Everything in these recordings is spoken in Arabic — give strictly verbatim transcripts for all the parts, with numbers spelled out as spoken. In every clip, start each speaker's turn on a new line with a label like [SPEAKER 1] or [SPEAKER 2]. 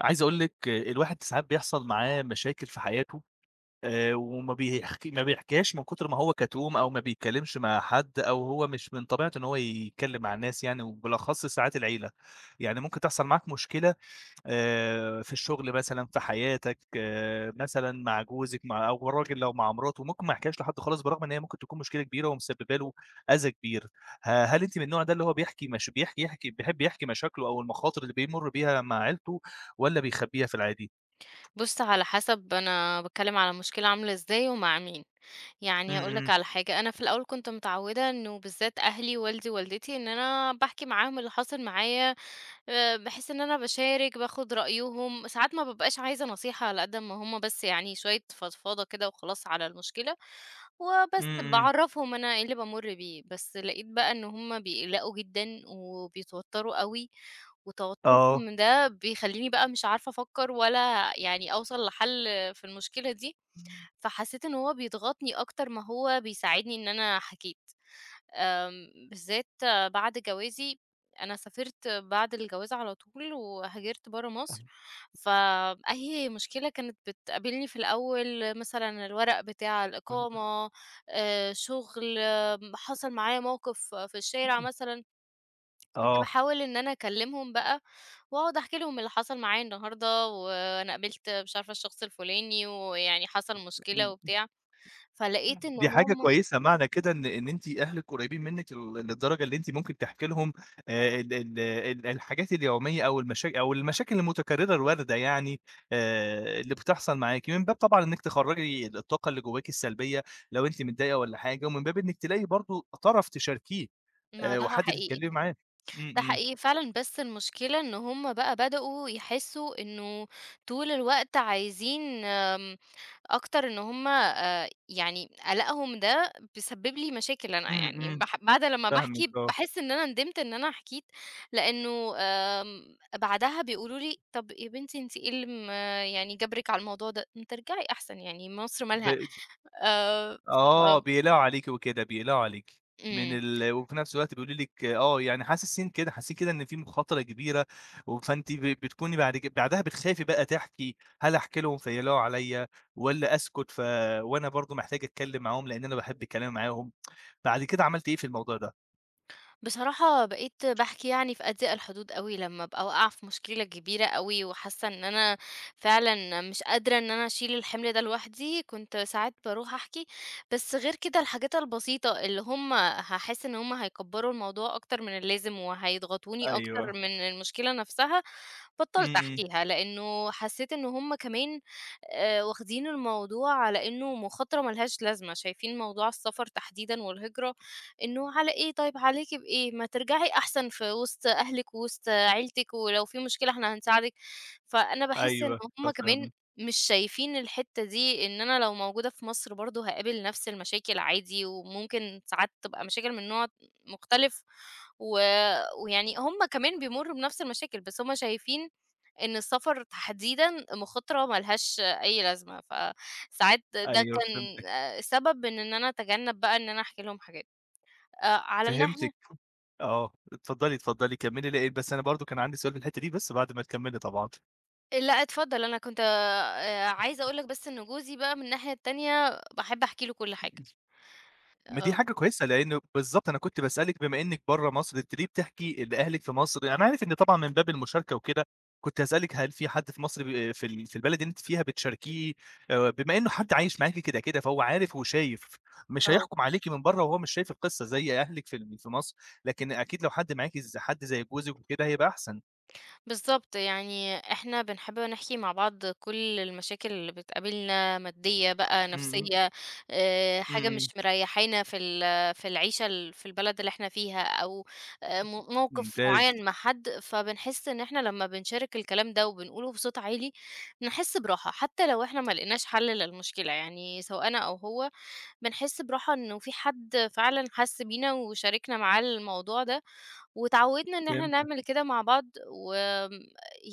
[SPEAKER 1] عايز أقول لِك آه، الواحد ساعات بيحصل معاه مشاكل في حياته. آآ، وما بيحك ما بيحكيهاش من كتر ما هو كتوم أو ما بيتكلمش مع حد أو هو مش من طبيعته إن هو يتكلم مع الناس، يعني وبالأخص ساعات العيلة. يعني ممكن تحصل معاك مشكلة آآ، في الشغل مثلًا، في حياتك، آآ، مثلًا مع جوزِك مع أو الراجل لو مع مراته، ممكن ما يحكيهاش لحد خالص برغم إن هي ممكن تكون مشكلة كبيرة ومسببة له أذى كبير. ه هل أنتِ من النوع ده اللي هو بيحكي مش بيحكي يحكي بيحب يحكي مشاكله أو المخاطر اللي بيمُر بيها مع عيلته، والّا بيخبيها في العادي؟
[SPEAKER 2] بُص، على حسب أنا باتكلم على مشكلة عاملة إزاي ومع مين.
[SPEAKER 1] إمم،
[SPEAKER 2] يعني هاقول لك
[SPEAKER 1] إمم.
[SPEAKER 2] على حاجة، أنا في الأول كنت متعودة إنه بالذات أهلي، والدي، والدتي، إن أنا باحكي معاهم اللي حاصل معايا، آآ بحيث إن أنا باشارك، باخد رأيهم، ساعات ما بابقاش عايزة نصيحة على قد ما هم بس يعني شوية فضفاضة كده وخلاص على المشكلة،
[SPEAKER 1] إمم،
[SPEAKER 2] وبس
[SPEAKER 1] إمم.
[SPEAKER 2] باعرّفهم أنا إيه اللي بامُر بيه. بس لقيت بقى إن هم بيقلقوا جدًا وبيتوتروا أوي وتوتُّرهم
[SPEAKER 1] آه.
[SPEAKER 2] من ده بيخلّيني بقى مش عارفة أفكّر ولا يعني أوصل لحل في المشكلة دي، فحسّيت إن هو بيضغطني أكتر ما هو بيساعدني إن أنا حكيت. آمم بالذات بعد جوازي، أنا سافرت بعد الجواز على طول وهاجرت برّه مصر، فأي مشكلة كانت بتقابلني في الأول مثلًا الورق بتاع الإقامة، آآ شُغل، أم، حصل معايا موقف في الشارع مثلًا كنت
[SPEAKER 1] آه.
[SPEAKER 2] باحاول إن أنا أكلّمهم بقى، وأقعد أحكي لهم اللي حصل معايا النهارده، وأنا قابلت مش عارفة الشخص الفلاني، ويعني حصل مشكلة وبتاع، فلقيت إن
[SPEAKER 1] دي حاجة
[SPEAKER 2] هُم
[SPEAKER 1] كويسة، معنى كده إن إن أنتِ أهلِك قريبين منِّك ل للدرجة اللي أنتِ ممكن تحكي لهم آآ ال ال ال الحاجات اليومية أو المشا أو المشاكل المتكررة الواردة، يعني آآ اللي بتحصل معاكِ، من باب طبعًا إنِّك تخرّجي الطاقة اللي جواكِ السلبية لو أنتِ متضايقة والّا حاجة، ومن باب إنِّك تلاقي برضه طرف تشاركيه
[SPEAKER 2] ما
[SPEAKER 1] آآ
[SPEAKER 2] ده
[SPEAKER 1] وحد
[SPEAKER 2] حقيقي،
[SPEAKER 1] تتكلمي معاه. إمم،
[SPEAKER 2] ده
[SPEAKER 1] إمم.
[SPEAKER 2] حقيقي فعلًا، بس المشكلة إن هُم بقى بدأوا يحسّوا إنه طول الوقت عايزين آمم أكتر إن هُم آآ يعني قلقهم ده بيسبب لي مشاكل أنا،
[SPEAKER 1] إمم،
[SPEAKER 2] يعني
[SPEAKER 1] إمم.
[SPEAKER 2] باح بعد لمّا
[SPEAKER 1] فاهمِك،
[SPEAKER 2] باحكي
[SPEAKER 1] آه.
[SPEAKER 2] باحس إن أنا ندمت إن أنا حكيت، لإنه آمم بعدها بيقولوا لي: "طب يا بنتي أنتِ إيه اللي م يعني جبرِك على الموضوع ده؟ ما ترجعي أحسن يعني مصر مالها."
[SPEAKER 1] ب
[SPEAKER 2] آآ ف
[SPEAKER 1] آه، بيقلقوا عليكِ وكده، بيقلقوا عليكِ، من
[SPEAKER 2] إمم.
[SPEAKER 1] ال وفي نفس الوقت بيقولوا لِك آه، يعني حاسسين كده حاسين كده إن في مخاطرة كبيرة، و فأنتِ ب بتكوني بعد ك بعدها بتخافي بقى تحكي، هل أحكي لهم فيقلقوا عليَّ والّا أسكت؟ ف وأنا برضه محتاجة أتكلم معاهم لإن أنا باحب الكلام معاهم. بعد كده عملتِ إيه في الموضوع ده؟
[SPEAKER 2] بصراحة بقيت باحكي يعني في أضيق الحدود أوي، لمّا أبقى واقعة في مشكلة كبيرة أوي وحاسة إن أنا فعلًا مش قادرة إن أنا أشيل الحمل ده لوحدي، كنت ساعات باروح أحكي، بس غير كده الحاجات البسيطة اللي هُم هاحس إن هُم هيكبّروا الموضوع أكتر من اللازم وهيضغطوني أكتر
[SPEAKER 1] أيوه.
[SPEAKER 2] من المشكلة نفسها،
[SPEAKER 1] إمم،
[SPEAKER 2] بطّلت
[SPEAKER 1] إمم.
[SPEAKER 2] أحكيها، لإنه حسيت إن هُم كمان آآ واخدين الموضوع على إنه مخاطرة ما لهاش لازمة، شايفين موضوع السفر تحديدًا والهجرة إنه على إيه طيب، عليكِ بإيه؟ ما ترجعي أحسن في وسط أهلِك ووسط عيلتِك، ولو في مشكلة إحنا هنساعدِك. فأنا باحس إن
[SPEAKER 1] أيوه، آه
[SPEAKER 2] هُم كمان
[SPEAKER 1] فاهمِك.
[SPEAKER 2] مش شايفين الحتّة دي، إن أنا لو موجودة في مصر برضه هاقابل نفس المشاكل عادي، وممكن ساعات تبقى مشاكل من نوع مختلف، و ويعني هُم كمان بيمرّوا بنفس المشاكل، بس هُم شايفين إن السفر تحديدًا مخاطرة ما لهاش أي لازمة، فساعات ده
[SPEAKER 1] أيوه
[SPEAKER 2] كان
[SPEAKER 1] فهمتِك.
[SPEAKER 2] آآ سبب من إن أنا أتجنب بقى إن أنا أحكي لهم حاجات. آآ على الناحية
[SPEAKER 1] فهمتِك. آه، اتفضلي، اتفضلي كمّلي، لأ بس أنا برضه كان عندي سؤال في الحتة دي، بس بعد ما تكمّلي طبعًا.
[SPEAKER 2] لأ اتفضل، أنا كنت آآ عايزة أقول لك بس إن جوزي بقى من الناحية التانية باحب أحكي له كل حاجة.
[SPEAKER 1] ما دي
[SPEAKER 2] آه.
[SPEAKER 1] حاجة كويسة، لإن بالضبط أنا كنت باسألِك بما إنِّك برّه مصر، أنتِ ليه بتحكي لأهلِك في مصر؟ يعني أنا عارف إن طبعًا من باب المشاركة وكده، كنت هاسألِك هل في حد في مصر ب في ال في البلد اللي أنتِ فيها بتشاركيه؟ آآ، بما إنه حد عايش معاكِ كده، كده فهو عارف وشايف، مش
[SPEAKER 2] آه.
[SPEAKER 1] هيحكم عليكِ من برّه وهو مش شايف القصة زي أهلِك في ال في مصر، لكن أكيد لو حد معاكِ ز حد زي جوزِك وكده هيبقى أحسن.
[SPEAKER 2] بالضبط، يعني إحنا بنحب نحكي مع بعض كل المشاكل اللي بتقابلنا مادية بقى،
[SPEAKER 1] إمم، إمم.
[SPEAKER 2] نفسية، آآ،
[SPEAKER 1] إمم،
[SPEAKER 2] حاجة مش
[SPEAKER 1] إمم.
[SPEAKER 2] مريحانا في ال في العيشة ال في البلد اللي إحنا فيها، أو آآ، مو موقف
[SPEAKER 1] ممتاز.
[SPEAKER 2] معيّن مع حد، فبنحس إن إحنا لمّا بنشارك الكلام ده وبنقوله بصوت عالي، بنحس براحة، حتى لو إحنا ما لقيناش حل للمشكلة، يعني سواء أنا أو هو، بنحس براحة إنه في حد فعلًا حَس بينا وشاركنا معاه الموضوع ده، واتعودنا إن إحنا
[SPEAKER 1] فهمت.
[SPEAKER 2] نعمل كده مع بعض، وآمم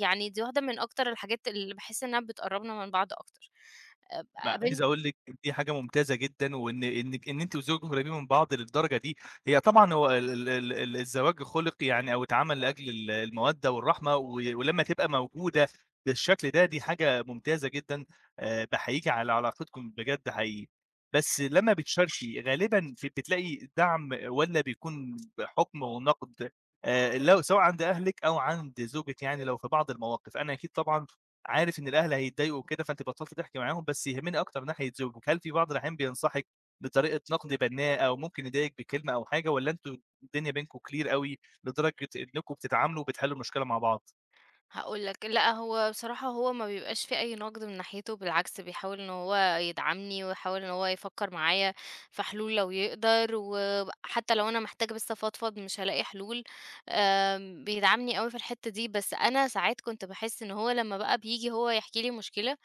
[SPEAKER 2] يعني دي واحدة من أكتر الحاجات اللي باحس إنها بتقرّبنا من بعض أكتر. آآ
[SPEAKER 1] ما عايز
[SPEAKER 2] قابلت
[SPEAKER 1] أقول لِك إن دي حاجة ممتازة جدًا، وإن إنِك إن أنتِ وزوجِك قريبين من بعض للدرجة دي. هي طبعًا هو ال ال ال ال الزواج خُلِق، يعني أو اتعمل لأجل ال المودة والرحمة، و ولمّا تبقى موجودة بالشكل ده، دي حاجة ممتازة جدًا. آآ باحييكِ على علاقتكم بجد حقيقي. بس لمّا بتشاركي غالبًا ف بتلاقي دعم والّا بيكون حُكم ونقد آآ لو سواء عند أهلِك أو عند زوجِك، يعني لو في بعض المواقف؟ أنا أكيد طبعًا عارف إن الأهل هيتضايقوا وكده، فأنتِ بطّلتِ تحكي معاهم، بس يهمني أكتر ناحية زوجِك، هل في بعض الأحيان بينصحِك بطريقة نقد بنّاء أو ممكن يضايقِك بكلمة أو حاجة، والّا أنتم الدنيا بينكم clear أوي لدرجة إنكم بتتعاملوا وبتحلّوا المشكلة مع بعض؟
[SPEAKER 2] هاقول لك، لأ هو بصراحة هو ما بيبقاش في أي نقد من ناحيته، بالعكس بيحاول إن هو يدعمني، ويحاول إن هو يفكّر معايا في حلول لو يقدر، وحتى لو أنا محتاجة بس أفضفض مش هالاقي حلول، آمم بيدعمني أوي في الحتّة دي، بس أنا ساعات كنت باحس إن هو لمّا بقى بييجي هو يحكي لي مشكلة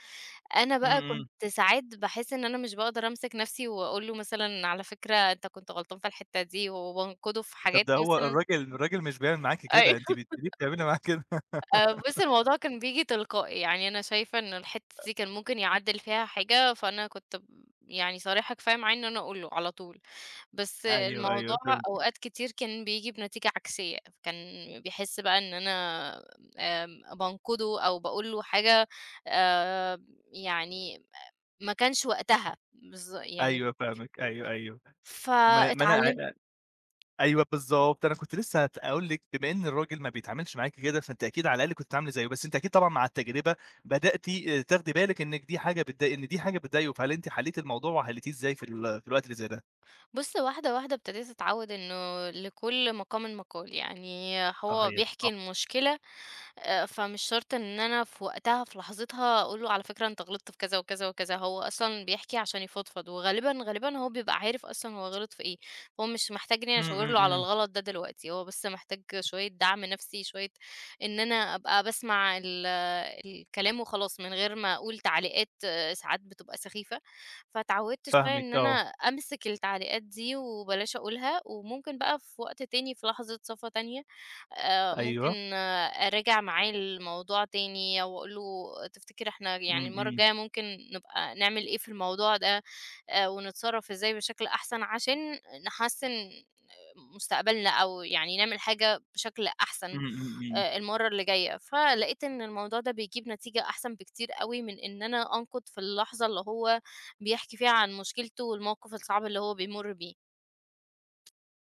[SPEAKER 2] أنا
[SPEAKER 1] إمم،
[SPEAKER 2] بقى
[SPEAKER 1] إمم.
[SPEAKER 2] كنت ساعات باحس إن أنا مش باقدر أمسك نَفْسي وأقول له مثلًا على فكرة أنت كنت غلطان في الحتّة دي، وبانقده في
[SPEAKER 1] طب
[SPEAKER 2] حاجات
[SPEAKER 1] ده هو
[SPEAKER 2] مثلًا
[SPEAKER 1] الراجل الراجل مش بيعمل معاكِ
[SPEAKER 2] أيوه.
[SPEAKER 1] كده، أنتِ بت ليه بتعملي معاه كده؟
[SPEAKER 2] آآ بُص الموضوع كان بييجي تلقائي، يعني أنا شايفة إن الحتّة دي كان ممكن يعدّل فيها حاجة، فأنا كنت ب يعني صريحة كفاية معاه إن أنا أقول له على طول، بس
[SPEAKER 1] أيوه،
[SPEAKER 2] الموضوع
[SPEAKER 1] أيوه فهمت.
[SPEAKER 2] أوقات كتير كان بييجي بنتيجة عكسية، كان بيحس بقى إن أنا آمم بانقده أو باقول له حاجة آآ يعني ما كانش وقتها بالض يعني
[SPEAKER 1] أيوه فاهمِك. أيوه، أيوه. ما ما
[SPEAKER 2] فاتعلمت
[SPEAKER 1] أنا أيوه بالضبط، أنا كنت لسه هت هاقول لِك بما إن الراجل ما بيتعاملش معاكِ كده، فأنتِ أكيد على الأقل كنتِ عاملة زيه، بس أنتِ أكيد طبعًا مع التجربة بدأتِ آآ تاخدي بالِك إنِّك دي حاجة بتضايق إن دي حاجة بتضايقه، فهل أنتِ حلّيتِ الموضوع وحلّيتيه إزاي في ال في الوقت اللي زي ده؟
[SPEAKER 2] بُص، واحدة، واحدة ابتديت أتعوّد إنه لكل مقامٍ مقال، يعني هو
[SPEAKER 1] صحيح،
[SPEAKER 2] بيحكي
[SPEAKER 1] صح.
[SPEAKER 2] المشكلة آآ، فمش شرط إن أنا في وقتها في لحظتها أقول له على فكرة أنت غلطت في كذا وكذا وكذا، هو أصلًا بيحكي عشان يفضفض، وغالبًا، غالبًا هو بيبقى عارف أصلًا هو غلط في إيه، هو مش محتاجني انا
[SPEAKER 1] إمم،
[SPEAKER 2] أشاور له
[SPEAKER 1] إمم،
[SPEAKER 2] على
[SPEAKER 1] إمم.
[SPEAKER 2] الغلط ده دلوقتي، هو بس محتاج شوية دعم نفسي، شوية إن أنا أبقى باسمع ال الكلام وخلاص من غير ما أقول تعليقات آه، ساعات بتبقى سخيفة. فاتعودت شوية
[SPEAKER 1] فاهمِك،
[SPEAKER 2] إن أنا
[SPEAKER 1] آه.
[SPEAKER 2] أمسك التعليقات دي وبلاش أقولها، وممكن بقى في وقت تاني في لحظة صفا تانية آآ ممكن
[SPEAKER 1] أيوه.
[SPEAKER 2] آه، أراجع معاه الموضوع تاني أو أقول له تفتكر إحنا
[SPEAKER 1] إمم،
[SPEAKER 2] يعني المرّة
[SPEAKER 1] إمم،
[SPEAKER 2] الجاية ممكن نبقى نعمل إيه في الموضوع ده آآ ونتصرّف إزاي بشكل أحسن عشان نحسّن مستقبلنا أو يعني نعمل حاجة بشكل أحسن.
[SPEAKER 1] إمم، إمم، إمم.
[SPEAKER 2] آآ المرّة اللي جاية، فلقيت إن الموضوع ده بيجيب نتيجة أحسن بكتير أوي من إن أنا أنقد في اللحظة اللي هو بيحكي فيها عن مشكلته والموقف الصعب اللي هو بيمُر بيه.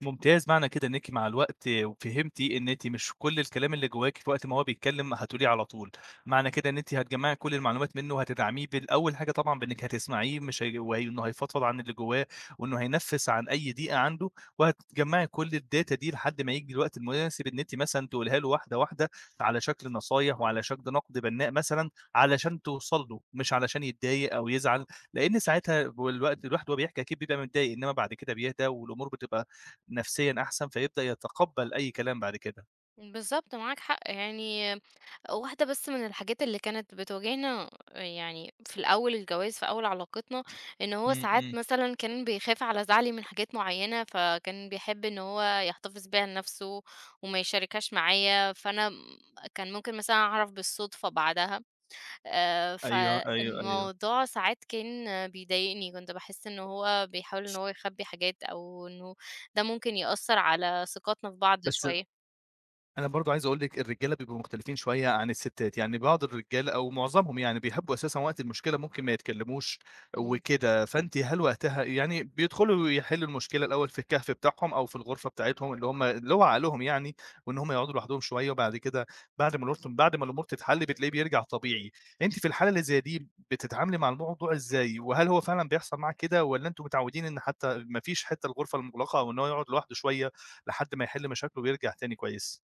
[SPEAKER 1] ممتاز، معنى كده إنِّك مع الوقت فهمتِ إن أنتِ مش كل الكلام اللي جواكِ في وقت ما هو بيتكلم هتقوليه على طول، معنى كده إن أنتِ هتجمّعي كل المعلومات منه وهتدعميه بال أول حاجة طبعًا بإنِّك هتسمعيه مش هي وإنه هيفضفض عن اللي جواه وإنه هينفّس عن أي ضيقة عنده، وهتجمّعي كل الdata دي لحد ما ييجي الوقت المناسب إن أنتِ مثلًا تقوليها له واحدة، واحدة، على شكل نصايح وعلى شكل نقد بنّاء مثلًا علشان توصل له، مش علشان يتضايق أو يزعل، لإن ساعتها والوقت الواحد وهو بيحكي أكيد بيبقى متضايق، إنما بعد كده بيهدى والأمور بتبقى نفسيًا أحسن، فيبدأ يتقبّل أي كلام بعد كده.
[SPEAKER 2] بالضبط، معاك حق، يعني واحدة بس من الحاجات اللي كانت بتواجهنا يعني في الأول الجواز، في أول علاقتنا، إن هو
[SPEAKER 1] إمم،
[SPEAKER 2] ساعات
[SPEAKER 1] إمم.
[SPEAKER 2] مثلًا كان بيخاف على زعلي من حاجات معيّنة، فكان بيحب إن هو يحتفظ بيها لنفسه وما يشاركهاش معايا، فأنا م كان ممكن مثلًا أعرف بالصدفة بعدها. آآ،
[SPEAKER 1] أيوه، أيوه، أيوه.
[SPEAKER 2] فالموضوع ساعات كان بيضايقني، كنت باحس إن هو بيحاول إن هو يخبّي حاجات أو إنه ده ممكن يأثّر على ثقتنا في بعض
[SPEAKER 1] بس
[SPEAKER 2] شوية.
[SPEAKER 1] أنا برضه عايز أقول لِك الرجالة بيبقوا مختلفين شوية عن الستات، يعني بعض الرجالة أو معظمهم يعني بيحبوا أساسًا وقت المشكلة ممكن ما يتكلموش
[SPEAKER 2] اهم.
[SPEAKER 1] وكده، فأنتِ هل وقتها يعني بيدخلوا يحلّوا المشكلة الأول في الكهف بتاعهم أو في الغرفة بتاعتهم اللي هم اللي هو عقلهم يعني، وإن هم يقعدوا لوحدهم شوية وبعد كده بعد ما الأمور بعد ما الأمور تتحل بتلاقيه بيرجع طبيعي، أنتِ في الحالة اللي زي دي بتتعاملي مع الموضوع إزاي؟ وهل هو فعلًا بيحصل معاك كده والّا أنتم متعودين إن حتى ما فيش حتى الغرفة المُغلقة أو إن هو يقعد لوحده شوية لحد ما يحل مشاكله ويرجع تاني كويس؟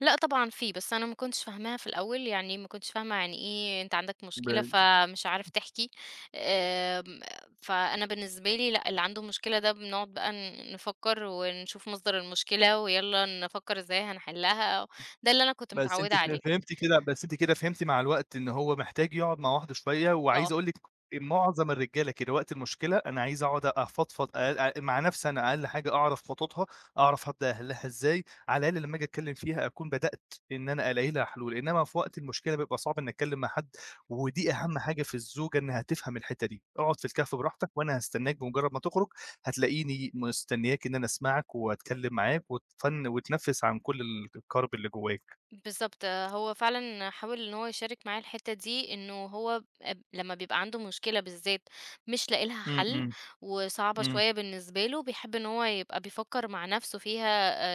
[SPEAKER 2] لأ طبعًا في، بس أنا ما كنتش فاهماها في الأول، يعني ما كنتش فاهمة يعني إيه أنت عندك مشكلة
[SPEAKER 1] بين
[SPEAKER 2] فمش عارف تحكي، آمم، فأنا بالنسبة لي لأ، اللي عنده مشكلة ده بنقعد بقى ن نفكّر ونشوف مصدر المشكلة ويالّا نفكّر إزاي هنحلّها، ده اللي أنا كنت
[SPEAKER 1] بس أنتِ
[SPEAKER 2] متعوّدة
[SPEAKER 1] ف
[SPEAKER 2] عليه.
[SPEAKER 1] فهمتِ كده، بس أنتِ كده فهمتِ مع الوقت إن هو محتاج يقعد مع واحده شوية، وعايز
[SPEAKER 2] آه.
[SPEAKER 1] أقول لِك معظم الرجالة كده وقت المشكلة، أنا عايز أقعد أفضفض أ أ مع نفسي، أنا أقل حاجة أعرف خططها، أعرف هابدأ أحلها إزاي، على الأقل لمّا آجي أتكلم فيها أكون بدأت إن أنا ألاقي لها حلول، إنما في وقت المشكلة بيبقى صعب إني أتكلم مع حد، ودي أهم حاجة في الزوجة إنها تفهم الحتة دي. اقعد في الكهف براحتك وأنا هاستناك، بمجرد ما تخرج هتلاقيني مستنياك إن أنا أسمعك وأتكلم معاك وتفن وتنفس عن كل ال الكرب اللي جواك.
[SPEAKER 2] بالضبط، آه، هو فعلًا حاول إن هو يشارك معايا الحتّة دي، إنه هو اب لمّا بيبقى عنده مشكلة بالذات مش لاقي لها
[SPEAKER 1] إمم،
[SPEAKER 2] حل
[SPEAKER 1] إمم،
[SPEAKER 2] وصعبة
[SPEAKER 1] إمم،
[SPEAKER 2] شوية بالنسبة له، بيحب إن هو يبقى بيفكّر مع نَفْسه فيها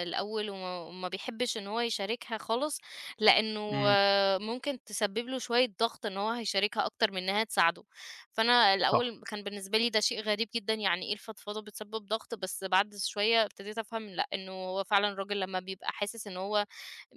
[SPEAKER 2] آآ الأول وما وما بيحبّش إن هو يشاركها خالص، لإنه
[SPEAKER 1] إمم.
[SPEAKER 2] آه، ممكن تسبّب له شوية ضغط إن هو هيشاركها أكتر من إنّها تساعده. فأنا
[SPEAKER 1] صح.
[SPEAKER 2] الأول كان بالنسبة لي ده شيء غريب جدًا، يعني إيه الفضفضة بتسبّب ضغط؟ بس بعد شوية ابتديت أفهم لأ، إنه هو فعلًا الراجل لمّا بيبقى حاسس إن هو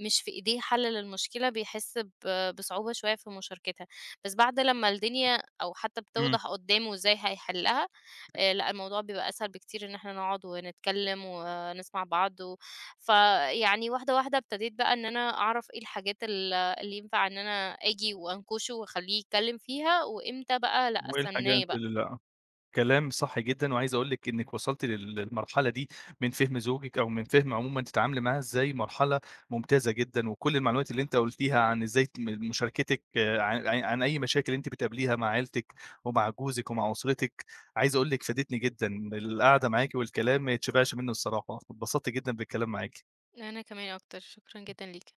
[SPEAKER 2] مش في إيديه حل للمشكلة بيحس ب بصعوبة شوية في مشاركتها، بس بعد لمّا الدنيا أو حتى
[SPEAKER 1] إمم.
[SPEAKER 2] بتوضح قدّامه إزاي هيحلها، آآ لأ الموضوع بيبقى أسهل بكتير إن إحنا نقعد ونتكلم ونسمع بعض و فيعني واحدة، واحدة ابتديت بقى إن أنا أعرف إيه الحاجات ال اللي ينفع إن أنا آجي وأنكشه وأخلّيه يتكلم فيها، وإمتى بقى لأ
[SPEAKER 1] وإيه الحاجات
[SPEAKER 2] أستناه بقى.
[SPEAKER 1] ال كلام صح جدًا، وعايز أقول لِك إنِّك وصلتِ لل للمرحلة دي من فهم زوجِك أو من فهم عمومًا تتعاملي معاها إزاي، مرحلة ممتازة جدًا، وكل المعلومات اللي أنتِ قُلتيها عن إزاي ت م مشاركتِك عن عن عن أي مشاكل أنتِ بتقابليها مع عيلتِك ومع جوزِك ومع أسرتِك، عايز أقول لِك فادتني جدًا، القعدة معاكِ والكلام ما يتشبعش منه الصراحة، اتبسطت جدًا بالكلام معاكِ.
[SPEAKER 2] أنا كمان أكتر، شكرًا جدًا ليكِ.